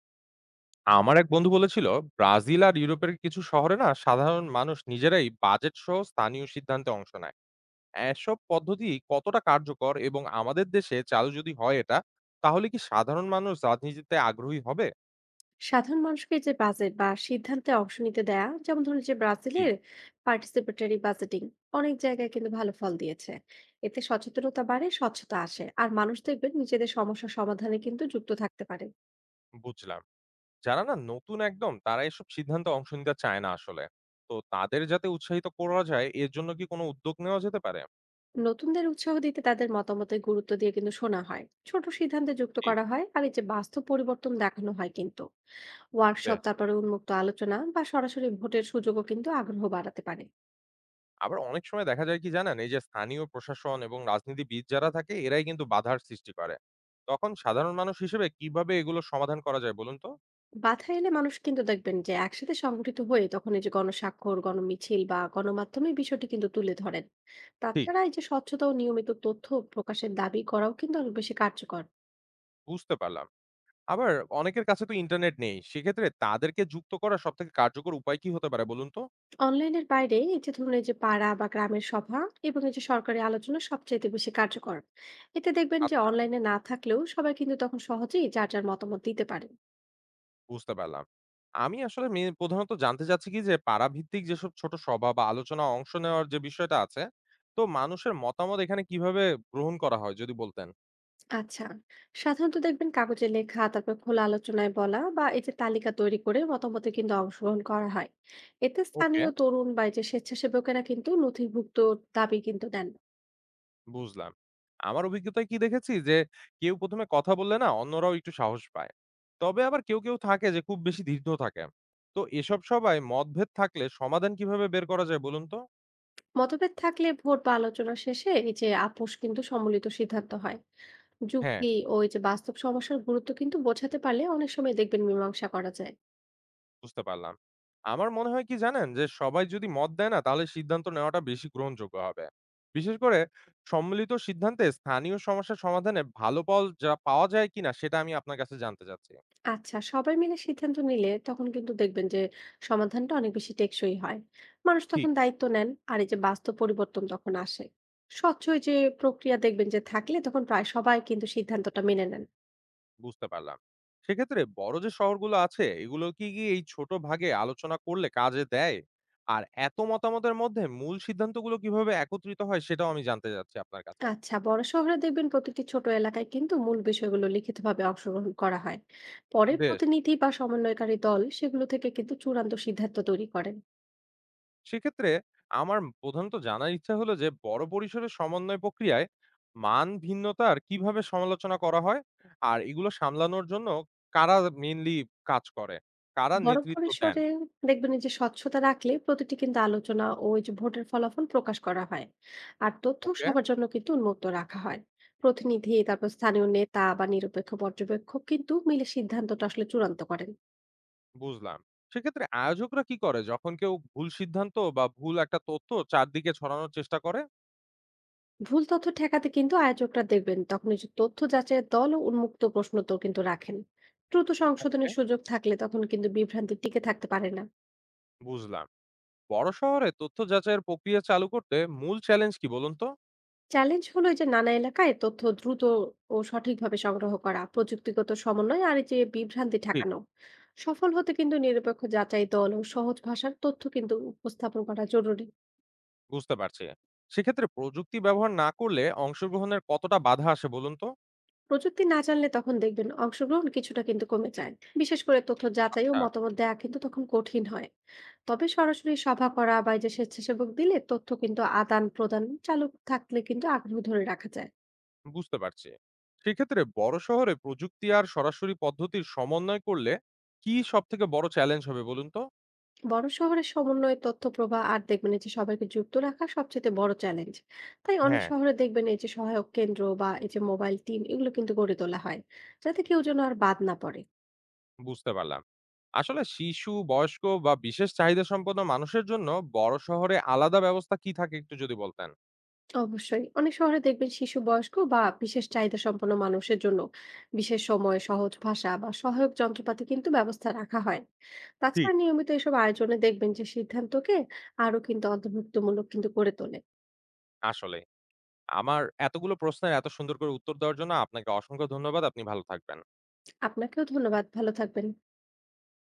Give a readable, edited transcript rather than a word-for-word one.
আমার এক বন্ধু বলেছিল, ব্রাজিল আর ইউরোপের কিছু শহরে না সাধারণ মানুষ নিজেরাই বাজেট সহ স্থানীয় সিদ্ধান্তে অংশ নেয়। এসব পদ্ধতি কতটা কার্যকর এবং আমাদের দেশে চালু যদি হয় এটা, তাহলে কি সাধারণ মানুষ রাজনীতিতে আগ্রহী হবে? সাধারণ মানুষকে যে বাজেট বা সিদ্ধান্তে অংশ নিতে দেয়া, যেমন ধরুন যে জি, ব্রাজিলের পার্টিসিপেটরি বাজেটিং অনেক জায়গায় কিন্তু ভালো ফল দিয়েছে। এতে সচেতনতা বাড়ে, স্বচ্ছতা আসে, আর মানুষ দেখবেন নিজেদের সমস্যা সমাধানে কিন্তু যুক্ত থাকতে পারে। বুঝলাম। যারা না নতুন একদম তারা এসব সিদ্ধান্তে অংশ নিতে চায় না আসলে। তো তাদের যাতে উৎসাহিত করা যায় এর জন্য কি কোনো উদ্যোগ নেওয়া যেতে পারে? নতুনদের উৎসাহ দিতে তাদের মতামতে গুরুত্ব দিয়ে কিন্তু শোনা হয়, ছোট সিদ্ধান্তে যুক্ত জি, করা হয় আর এই যে বাস্তব পরিবর্তন দেখানো হয় কিন্তু। ওয়ার্কশপ, বেশ। তারপরে উন্মুক্ত আলোচনা বা সরাসরি ভোটের সুযোগও কিন্তু আগ্রহ বাড়াতে পারে। আবার অনেক সময় দেখা যায় কি জানেন, এই যে স্থানীয় প্রশাসন এবং রাজনীতিবিদ যারা থাকে এরাই কিন্তু বাধার সৃষ্টি করে। তখন সাধারণ মানুষ হিসেবে কিভাবে এগুলো সমাধান করা যায় বলুন তো? বাধা এলে মানুষ কিন্তু দেখবেন যে একসাথে সংগঠিত হয়ে তখন এই যে গণস্বাক্ষর, গণমিছিল বা গণমাধ্যমে বিষয়টি কিন্তু তুলে ধরেন। জি। তাছাড়া এই যে স্বচ্ছতা ও নিয়মিত তথ্য প্রকাশের দাবি করাও কিন্তু অনেক বেশি কার্যকর। বুঝতে পারলাম। আবার অনেকের কাছে তো ইন্টারনেট নেই। সেক্ষেত্রে তাদেরকে যুক্ত করার সবথেকে কার্যকর উপায় কি হতে পারে বলুন তো? অনলাইনের বাইরে এই যে ধরুন এই যে পাড়া বা গ্রামের সভা এবং এই যে সরকারি আলোচনা সবচাইতে বেশি কার্যকর। এতে দেখবেন যে আচ্ছা, অনলাইনে না থাকলেও সবাই কিন্তু তখন সহজেই যার যার মতামত দিতে পারে। বুঝতে পারলাম। আমি আসলে প্রধানত জানতে চাচ্ছি কি যে পাড়াভিত্তিক যেসব ছোট সভা বা আলোচনায় অংশ নেওয়ার যে বিষয়টা আছে, তো মানুষের মতামত এখানে কিভাবে গ্রহণ করা হয় যদি বলতেন? আচ্ছা, সাধারণত দেখবেন কাগজে লেখা, তারপর খোলা আলোচনায় বলা বা এই যে তালিকা তৈরি করে মতামতে কিন্তু অংশগ্রহণ করা হয়। এতে ওকে। স্থানীয় তরুণ বা এই যে স্বেচ্ছাসেবকেরা কিন্তু নথিভুক্ত দাবি কিন্তু দেন। বুঝলাম। আমার অভিজ্ঞতায় কি দেখেছি যে কেউ ১ম এ কথা বললে না অন্যরাও একটু সাহস পায়। তবে আবার কেউ থাকে যে খুব বেশি ধীর থাকে। তো এসব সবাই মতভেদ থাকলে সমাধান কিভাবে বের করা যায় বলুন তো? মতভেদ থাকলে ভোট বা আলোচনা শেষে এই যে আপোষ কিন্তু সম্মিলিত সিদ্ধান্ত হয়। হ্যাঁ, যুক্তি ও এই যে বাস্তব সমস্যার গুরুত্ব কিন্তু বোঝাতে পারলে অনেক সময় দেখবেন মীমাংসা করা যায়। বুঝতে পারলাম। আমার মনে হয় কি জানেন যে সবাই যদি মত দেয় না তাহলে সিদ্ধান্ত নেওয়াটা বেশি গ্রহণযোগ্য হবে। বিশেষ করে সম্মিলিত সিদ্ধান্তে স্থানীয় সমস্যার সমাধানে ভালো ফল যা পাওয়া যায় কিনা সেটা আমি আপনার কাছে জানতে চাচ্ছি। আচ্ছা, সবাই মিলে সিদ্ধান্ত নিলে তখন কিন্তু দেখবেন যে সমাধানটা অনেক বেশি টেকসই হয়। মানুষ তখন ঠিক। দায়িত্ব নেন আর এই যে বাস্তব পরিবর্তন তখন আসে। স্বচ্ছ এই যে প্রক্রিয়া দেখবেন যে থাকলে তখন প্রায় সবাই কিন্তু সিদ্ধান্তটা মেনে নেন। বুঝতে পারলাম। সেক্ষেত্রে বড় যে শহরগুলো আছে এগুলো কি এই ছোট ভাগে আলোচনা করলে কাজে দেয়? আর এত মতামতের মধ্যে মূল সিদ্ধান্তগুলো কিভাবে একত্রিত হয় সেটাও আমি জানতে চাচ্ছি আপনার কাছে। আচ্ছা, বড় শহরে দেখবেন প্রতিটি ছোট এলাকায় কিন্তু মূল বিষয়গুলো লিখিতভাবে অংশগ্রহণ করা হয়। পরে বেশ! প্রতিনিধি বা সমন্বয়কারী দল সেগুলো থেকে কিন্তু চূড়ান্ত সিদ্ধান্ত তৈরি করেন। সেক্ষেত্রে আমার প্রধানত জানার ইচ্ছা হলো যে বড় পরিসরে সমন্বয় প্রক্রিয়ায় মান ভিন্নতার কিভাবে সমালোচনা করা হয়? আর এগুলো সামলানোর জন্য কারা মেইনলি কাজ করে? কারা বড় নেতৃত্ব দেন? পরিসরে দেখবেন এই যে স্বচ্ছতা রাখলে প্রতিটি কিন্তু আলোচনা ও ওই যে ভোটের ফলাফল প্রকাশ করা হয়। আর তথ্য ওকে। সবার জন্য কিন্তু উন্মুক্ত রাখা হয়। প্রতিনিধি, তারপর স্থানীয় নেতা বা নিরপেক্ষ পর্যবেক্ষক কিন্তু মিলে সিদ্ধান্তটা আসলে চূড়ান্ত করেন। বুঝলাম। সেক্ষেত্রে আয়োজকরা কি করে যখন কেউ ভুল সিদ্ধান্ত বা ভুল একটা তথ্য চারদিকে ছড়ানোর চেষ্টা করে? ভুল তথ্য ঠেকাতে কিন্তু আয়োজকরা দেখবেন তখন এই যে তথ্য যাচাইয়ের দল ও উন্মুক্ত প্রশ্ন তো কিন্তু রাখেন। দ্রুত এ সংশোধনের সুযোগ থাকলে তখন কিন্তু বিভ্রান্তি টিকে থাকতে পারে না। বুঝলাম। বড় শহরে তথ্য যাচাইয়ের প্রক্রিয়া চালু করতে মূল চ্যালেঞ্জ কি বলুন তো? চ্যালেঞ্জ হলো এই যে নানা এলাকায় তথ্য দ্রুত ও সঠিকভাবে সংগ্রহ করা, প্রযুক্তিগত সমন্বয় আর এই যে বিভ্রান্তি ঠিক। ঠেকানো। সফল হতে কিন্তু নিরপেক্ষ যাচাই দল ও সহজ ভাষার তথ্য কিন্তু উপস্থাপন করা জরুরি। বুঝতে পারছি। সেক্ষেত্রে প্রযুক্তি ব্যবহার না করলে অংশগ্রহণের কতটা বাধা আসে বলুন তো? প্রযুক্তি না জানলে তখন দেখবেন অংশগ্রহণ কিছুটা কিন্তু কমে যায়। বিশেষ করে তথ্য যাচাই ও আচ্ছা, মতামত দেওয়া কিন্তু তখন কঠিন হয়। তবে সরাসরি সভা করা বা এই যে স্বেচ্ছাসেবক দিলে তথ্য কিন্তু আদান প্রদান চালু থাকলে কিন্তু আগ্রহ ধরে রাখা যায়। বুঝতে পারছি। সেক্ষেত্রে বড় শহরে প্রযুক্তি আর সরাসরি পদ্ধতির সমন্বয় করলে কি সবথেকে বড় চ্যালেঞ্জ হবে বলুন তো? বড় শহরের সমন্বয়ে তথ্য প্রবাহ আর দেখবেন এই যে সবাইকে যুক্ত রাখা সবচেয়ে বড় চ্যালেঞ্জ। তাই অনেক হ্যাঁ। শহরে দেখবেন এই যে সহায়ক কেন্দ্র বা এই যে মোবাইল টিম এগুলো কিন্তু গড়ে তোলা হয়, যাতে কেউ যেন আর বাদ না পড়ে। বুঝতে পারলাম। আসলে শিশু, বয়স্ক বা বিশেষ চাহিদা সম্পন্ন মানুষের জন্য বড় শহরে আলাদা ব্যবস্থা কি থাকে একটু যদি বলতেন। অবশ্যই অনেক শহরে দেখবেন শিশু, বয়স্ক বা বিশেষ চাহিদা সম্পন্ন মানুষের জন্য বিশেষ সময়, সহজ ভাষা বা সহায়ক যন্ত্রপাতি কিন্তু ব্যবস্থা রাখা হয়। ঠিক। তাছাড়া নিয়মিত এসব আয়োজনে দেখবেন যে সিদ্ধান্তকে আরো কিন্তু অন্তর্ভুক্তমূলক কিন্তু করে তোলে। আসলে আমার এতগুলো প্রশ্নের এত সুন্দর করে উত্তর দেওয়ার জন্য আপনাকে অসংখ্য ধন্যবাদ। আপনি ভালো থাকবেন। আপনাকেও ধন্যবাদ, ভালো থাকবেন।